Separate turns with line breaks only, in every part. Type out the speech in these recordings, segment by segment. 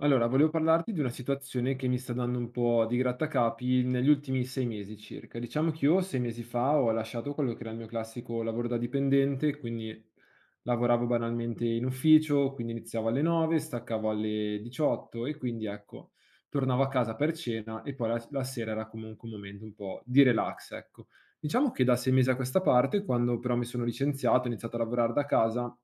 Allora, volevo parlarti di una situazione che mi sta dando un po' di grattacapi negli ultimi 6 mesi circa. Diciamo che io 6 mesi fa ho lasciato quello che era il mio classico lavoro da dipendente, quindi lavoravo banalmente in ufficio, quindi iniziavo alle 9, staccavo alle 18 e quindi ecco, tornavo a casa per cena e poi la sera era comunque un momento un po' di relax, ecco. Diciamo che da 6 mesi a questa parte, quando però mi sono licenziato, ho iniziato a lavorare da casa.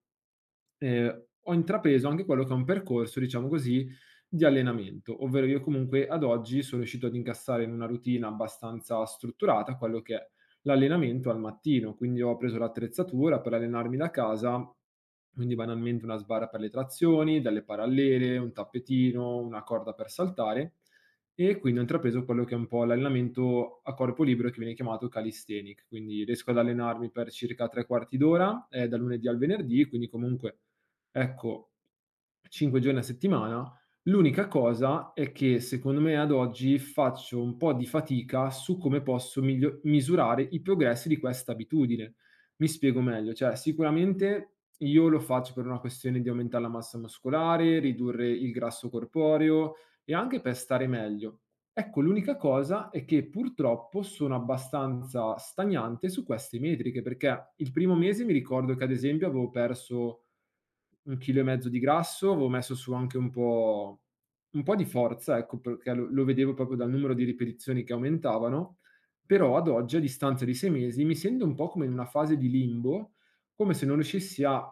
Ho intrapreso anche quello che è un percorso, diciamo così, di allenamento, ovvero io comunque ad oggi sono riuscito ad incassare in una routine abbastanza strutturata quello che è l'allenamento al mattino, quindi ho preso l'attrezzatura per allenarmi da casa, quindi banalmente una sbarra per le trazioni, delle parallele, un tappetino, una corda per saltare e quindi ho intrapreso quello che è un po' l'allenamento a corpo libero che viene chiamato calisthenic, quindi riesco ad allenarmi per circa 3/4 d'ora, dal lunedì al venerdì, quindi comunque ecco, 5 giorni a settimana. L'unica cosa è che secondo me ad oggi faccio un po' di fatica su come posso miglio misurare i progressi di questa abitudine. Mi spiego meglio, cioè sicuramente io lo faccio per una questione di aumentare la massa muscolare, ridurre il grasso corporeo e anche per stare meglio. Ecco, l'unica cosa è che purtroppo sono abbastanza stagnante su queste metriche, perché il primo mese mi ricordo che ad esempio avevo perso 1 chilo e mezzo di grasso, avevo messo su anche un po' di forza, ecco, perché lo vedevo proprio dal numero di ripetizioni che aumentavano, però ad oggi, a distanza di 6 mesi, mi sento un po' come in una fase di limbo, come se non riuscissi a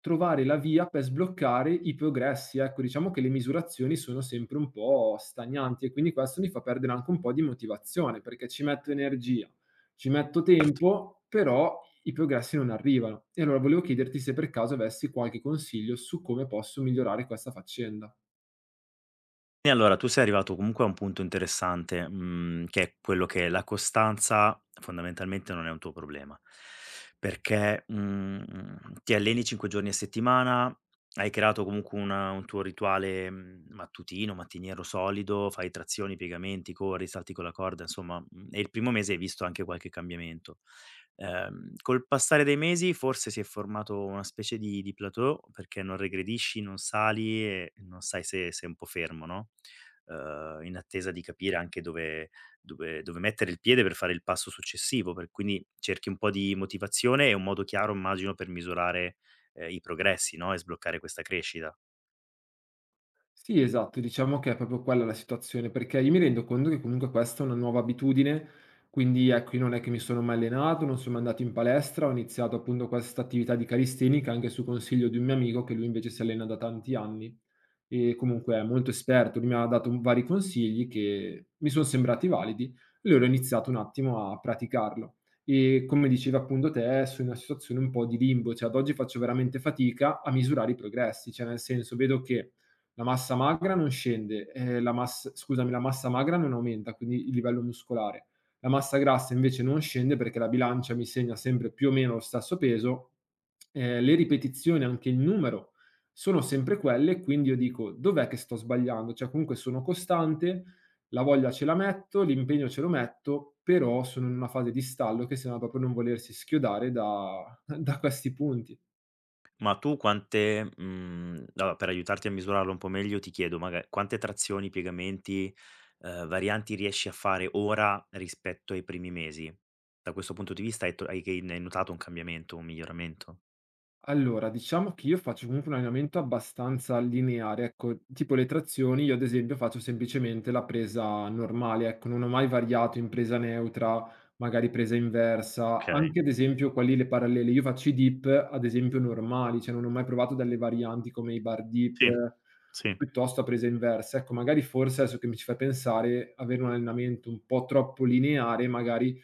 trovare la via per sbloccare i progressi. Ecco, diciamo che le misurazioni sono sempre un po' stagnanti e quindi questo mi fa perdere anche un po' di motivazione, perché ci metto energia, ci metto tempo, però i progressi non arrivano. E allora volevo chiederti se per caso avessi qualche consiglio su come posso migliorare questa faccenda.
E allora tu sei arrivato comunque a un punto interessante, che è quello che la costanza fondamentalmente non è un tuo problema, perché, ti alleni 5 giorni a settimana, hai creato comunque una un tuo rituale, mattutino, mattiniero solido, fai trazioni, piegamenti, corri, salti con la corda, insomma, e il primo mese hai visto anche qualche cambiamento. Col passare dei mesi forse si è formato una specie di plateau, perché non regredisci, non sali e non sai se sei un po' fermo, no? In attesa di capire anche dove mettere il piede per fare il passo successivo, per quindi cerchi un po' di motivazione e un modo chiaro immagino per misurare, i progressi, no, e sbloccare questa crescita.
Sì, esatto, diciamo che è proprio quella la situazione, perché io mi rendo conto che comunque questa è una nuova abitudine, quindi ecco, io non è che mi sono mai allenato, non sono mai andato in palestra, ho iniziato appunto questa attività di calistenica anche su consiglio di un mio amico che lui invece si allena da tanti anni. Comunque è molto esperto, lui mi ha dato vari consigli che mi son sembrati validi e allora ho iniziato un attimo a praticarlo. E come dicevi appunto te, sono in una situazione un po' di limbo, cioè ad oggi faccio veramente fatica a misurare i progressi, cioè nel senso vedo che la massa magra non scende, la mass scusami, la massa magra non aumenta, quindi il livello muscolare. La massa grassa invece non scende perché la bilancia mi segna sempre più o meno lo stesso peso. Le ripetizioni, anche il numero, sono sempre quelle, quindi io dico: dov'è che sto sbagliando? Cioè comunque sono costante, la voglia ce la metto, l'impegno ce lo metto, però sono in una fase di stallo che sembra proprio non volersi schiodare da, da questi punti.
Allora per aiutarti a misurarlo un po' meglio ti chiedo maga quante trazioni, piegamenti, varianti riesci a fare ora rispetto ai primi mesi? Da questo punto di vista hai to hai che hai notato un cambiamento, un miglioramento?
Allora, diciamo che io faccio comunque un allenamento abbastanza lineare, ecco, tipo le trazioni, io ad esempio faccio semplicemente la presa normale, ecco, non ho mai variato in presa neutra, magari presa inversa,
Okay,
anche ad esempio quelli le parallele, io faccio i dip ad esempio normali, cioè non ho mai provato delle varianti come i bar dip
sì,
o
sì.
piuttosto a presa inversa, ecco, magari forse adesso che mi ci fai pensare, avere un allenamento un po' troppo lineare, magari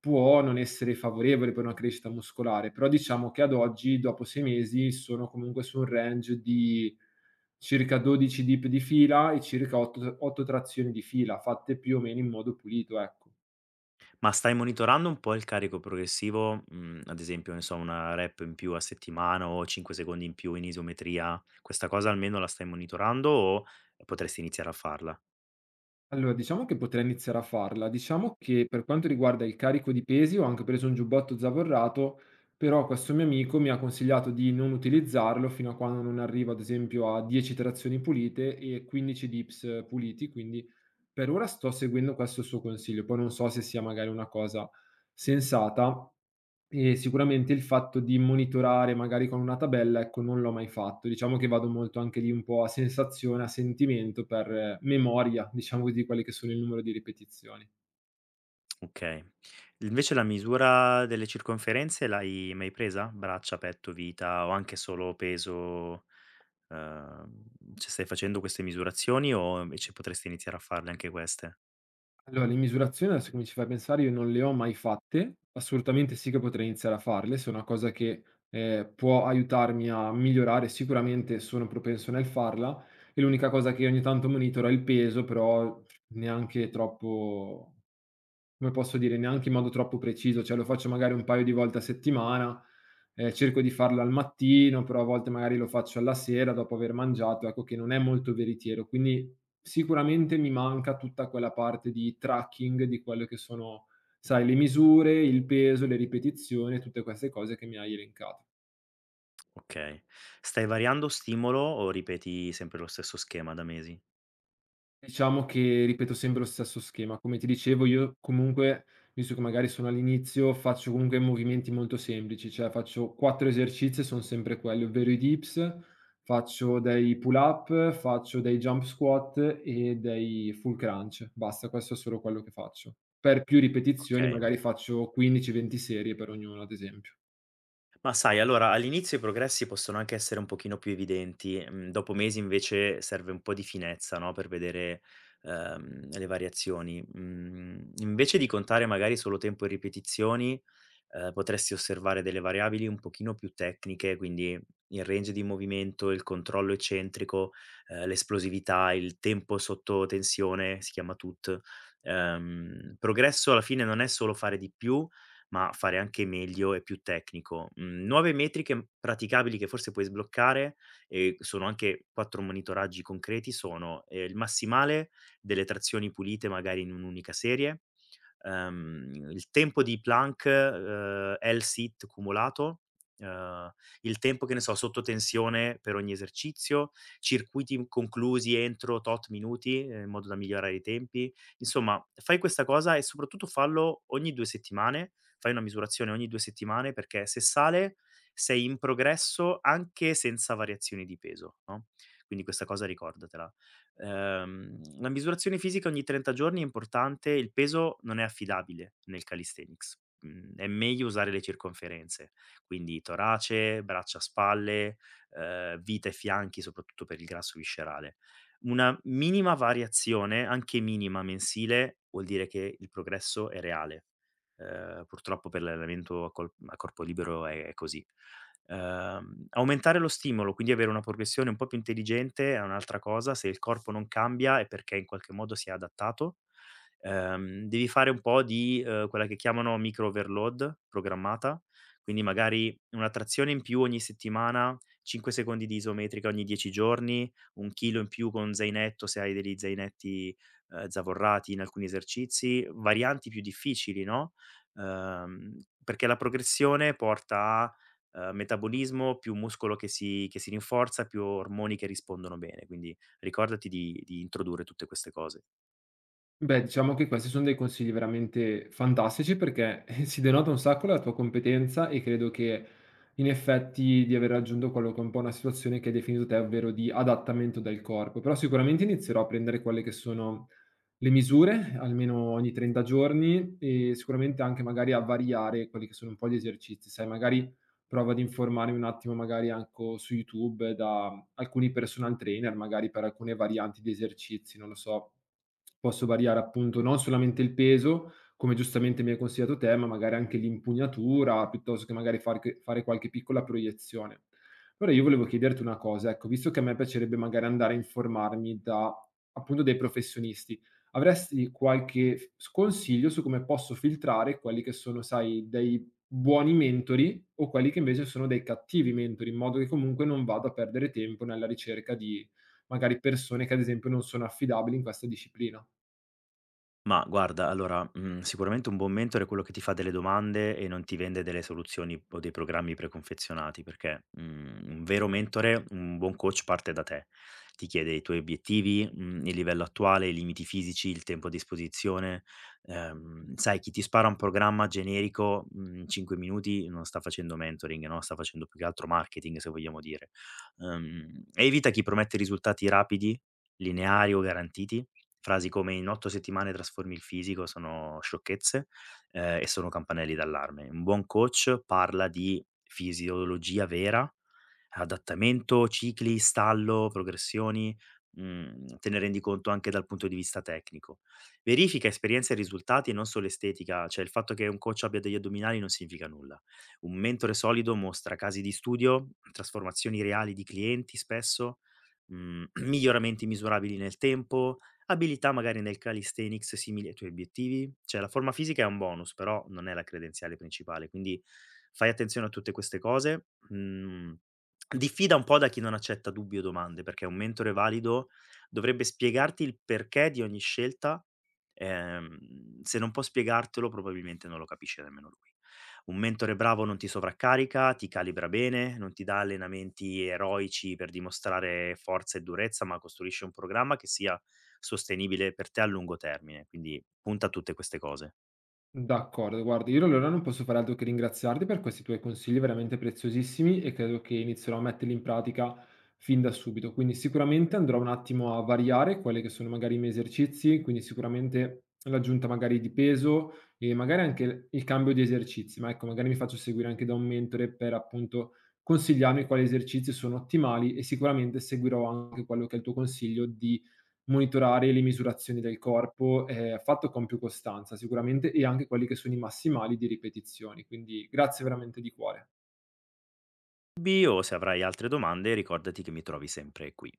può non essere favorevole per una crescita muscolare, però diciamo che ad oggi, dopo 6 mesi, sono comunque su un range di circa 12 dip di fila e circa 8 trazioni di fila, fatte più o meno in modo pulito, ecco.
Ma stai monitorando un po' il carico progressivo? Mhmm, Ad esempio, ne so, una rep in più a settimana o 5 secondi in più in isometria, questa cosa almeno la stai monitorando o potresti iniziare a farla?
Allora, diciamo che potrei iniziare a farla. Diciamo che per quanto riguarda il carico di pesi ho anche preso un giubbotto zavorrato, però questo mio amico mi ha consigliato di non utilizzarlo fino a quando non arrivo, ad esempio, a 10 trazioni pulite e 15 dips puliti, quindi per ora sto seguendo questo suo consiglio. Poi non so se sia magari una cosa sensata, e sicuramente il fatto di monitorare magari con una tabella, ecco, non l'ho mai fatto. Diciamo che vado molto anche lì un po' a sensazione, a sentimento per memoria, diciamo così, di quelle che sono il numero di ripetizioni.
Okay. Invece la misura delle circonferenze l'hai mai presa? Braccia, petto, vita o anche solo peso? Ehm, cioè stai facendo queste misurazioni o invece potresti iniziare a farle anche queste?
Allora, le misurazioni, adesso che mi ci fai pensare, io non le ho mai fatte. Assolutamente sì che potrei iniziare a farle, se è una cosa che può aiutarmi a migliorare, sicuramente sono propenso nel farla, e l'unica cosa che ogni tanto monitoro è il peso, però neanche troppo. Come posso dire, neanche in modo troppo preciso, cioè lo faccio magari un paio di volte a settimana, cerco di farlo al mattino, però a volte magari lo faccio alla sera dopo aver mangiato, ecco che non è molto veritiero. Quindi sicuramente mi manca tutta quella parte di tracking di quello che sono, sai, le misure, il peso, le ripetizioni, tutte queste cose che mi hai elencato.
Okay. Stai variando stimolo o ripeti sempre lo stesso schema da mesi?
Diciamo che ripeto sempre lo stesso schema. Come ti dicevo io comunque, visto che magari sono all'inizio, faccio comunque movimenti molto semplici, cioè faccio 4 esercizi e son sempre quelli, ovvero i dips, faccio dei pull up, faccio dei jump squat e dei full crunch. Basta, questo è solo quello che faccio. Per più ripetizioni
Okay.
magari faccio 15, 20 serie per ognuno, ad esempio.
Ma sai, allora all'inizio i progressi possono anche essere un pochino più evidenti, dopo mesi invece serve un po' di finezza, no, per vedere, le variazioni. Mhmm, Invece di contare magari solo tempo e ripetizioni, potresti osservare delle variabili un pochino più tecniche, quindi il range di movimento, il controllo eccentrico, l'esplosività, il tempo sotto tensione, si chiama TUT. Progresso alla fine non è solo fare di più, ma fare anche meglio e più tecnico. Mhmm, Nuove metriche praticabili che forse puoi sbloccare, e sono anche 4 monitoraggi concreti, sono, il massimale delle trazioni pulite magari in un'unica serie, il tempo di plank, L-sit cumulato, ehm, il tempo, che ne so, sotto tensione per ogni esercizio, circuiti conclusi entro tot minuti, in modo da migliorare i tempi. Insomma, fai questa cosa e soprattutto fallo ogni 2 settimane fai una misurazione ogni 2 settimane perché se sale sei in progresso anche senza variazioni di peso, no, quindi questa cosa ricordatela. La misurazione fisica ogni 30 giorni è importante, il peso non è affidabile nel calisthenics, è meglio usare le circonferenze, quindi torace, braccia, spalle, vita e fianchi, soprattutto per il grasso viscerale. Una minima variazione, anche minima mensile, vuol dire che il progresso è reale. Purtroppo per l'allenamento a corpo libero è così. Aumentare lo stimolo, quindi avere una progressione un po' più intelligente è un'altra cosa, se il corpo non cambia è perché in qualche modo si è adattato. Devi fare un po' di, quella che chiamano micro overload programmata, quindi magari una trazione in più ogni settimana, 5 secondi di isometrica ogni 10 giorni, 1 chilo in più con zainetto se hai degli zainetti, zavorrati in alcuni esercizi, varianti più difficili, no. Perché la progressione porta a, metabolismo, più muscolo che si rinforza, più ormoni che rispondono bene. Quindi ricordati di introdurre tutte queste cose.
Beh, diciamo che questi sono dei consigli veramente fantastici perché si denota un sacco la tua competenza e credo che in effetti di aver raggiunto quello che è un po' una situazione che hai definito te, ovvero di adattamento del corpo. Però sicuramente inizierò a prendere quelle che sono le misure, almeno ogni 30 giorni, e sicuramente anche magari a variare quelli che sono un po' gli esercizi. Sai, magari provo ad informarmi un attimo magari anco su YouTube da alcuni personal trainer, magari per alcune varianti di esercizi, non lo so. Posso variare appunto non solamente il peso, come giustamente mi hai consigliato te, ma magari anche l'impugnatura, piuttosto che magari fare qualche piccola proiezione. Allora io volevo chiederti una cosa, ecco, visto che a me piacerebbe magari andare a informarmi da appunto dei professionisti, avresti qualche f s consiglio su come posso filtrare quelli che sono, sai, dei buoni mentori o quelli che invece sono dei cattivi mentori, in modo che comunque non vado a perdere tempo nella ricerca di magari persone che ad esempio non sono affidabili in questa disciplina.
Ma guarda, allora, sicuramente un buon mentore è quello che ti fa delle domande e non ti vende delle soluzioni o dei programmi preconfezionati, perché, un vero mentore, un buon coach parte da te. Ti chiede i tuoi obiettivi, il livello attuale, i limiti fisici, il tempo a disposizione. Sai, chi ti spara un programma generico, in 5 minuti non sta facendo mentoring, no, sta facendo più che altro marketing, se vogliamo dire. Evita chi promette risultati rapidi, lineari o garantiti. Frasi come: "In 8 settimane trasformi il fisico" sono sciocchezze, e sono campanelli d'allarme. Un buon coach parla di fisiologia vera, adattamento, cicli, stallo, progressioni, te ne rendi conto anche dal punto di vista tecnico. Verifica esperienze e risultati e non solo estetica, cioè il fatto che un coach abbia degli addominali non significa nulla. Un mentore solido mostra casi di studio, trasformazioni reali di clienti spesso, miglioramenti misurabili nel tempo, abilità magari nel calisthenics simili ai tuoi obiettivi? Cioè la forma fisica è un bonus, però non è la credenziale principale, quindi fai attenzione a tutte queste cose. Mhmm, Diffida un po' da chi non accetta dubbi o domande, perché un mentore valido dovrebbe spiegarti il perché di ogni scelta, se non può spiegartelo probabilmente non lo capisce nemmeno lui. Un mentore bravo non ti sovraccarica, ti calibra bene, non ti dà allenamenti eroici per dimostrare forza e durezza, ma costruisce un programma che sia sostenibile per te a lungo termine. Quindi punta a tutte queste cose.
D'accordo, guarda, io allora non posso fare altro che ringraziarti per questi tuoi consigli veramente preziosissimi e credo che inizierò a metterli in pratica fin da subito. Quindi sicuramente andrò un attimo a variare quelli che sono magari i miei esercizi, quindi sicuramente l'aggiunta magari di peso e magari anche il cambio di esercizi, ma ecco, magari mi faccio seguire anche da un mentore per appunto consigliarmi quali esercizi sono ottimali e sicuramente seguirò anche quello che è il tuo consiglio di monitorare le misurazioni del corpo, fatto con più costanza sicuramente e anche quelli che sono i massimali di ripetizioni. Quindi grazie veramente di cuore.
Bio, se avrai altre domande, ricordati che mi trovi sempre qui.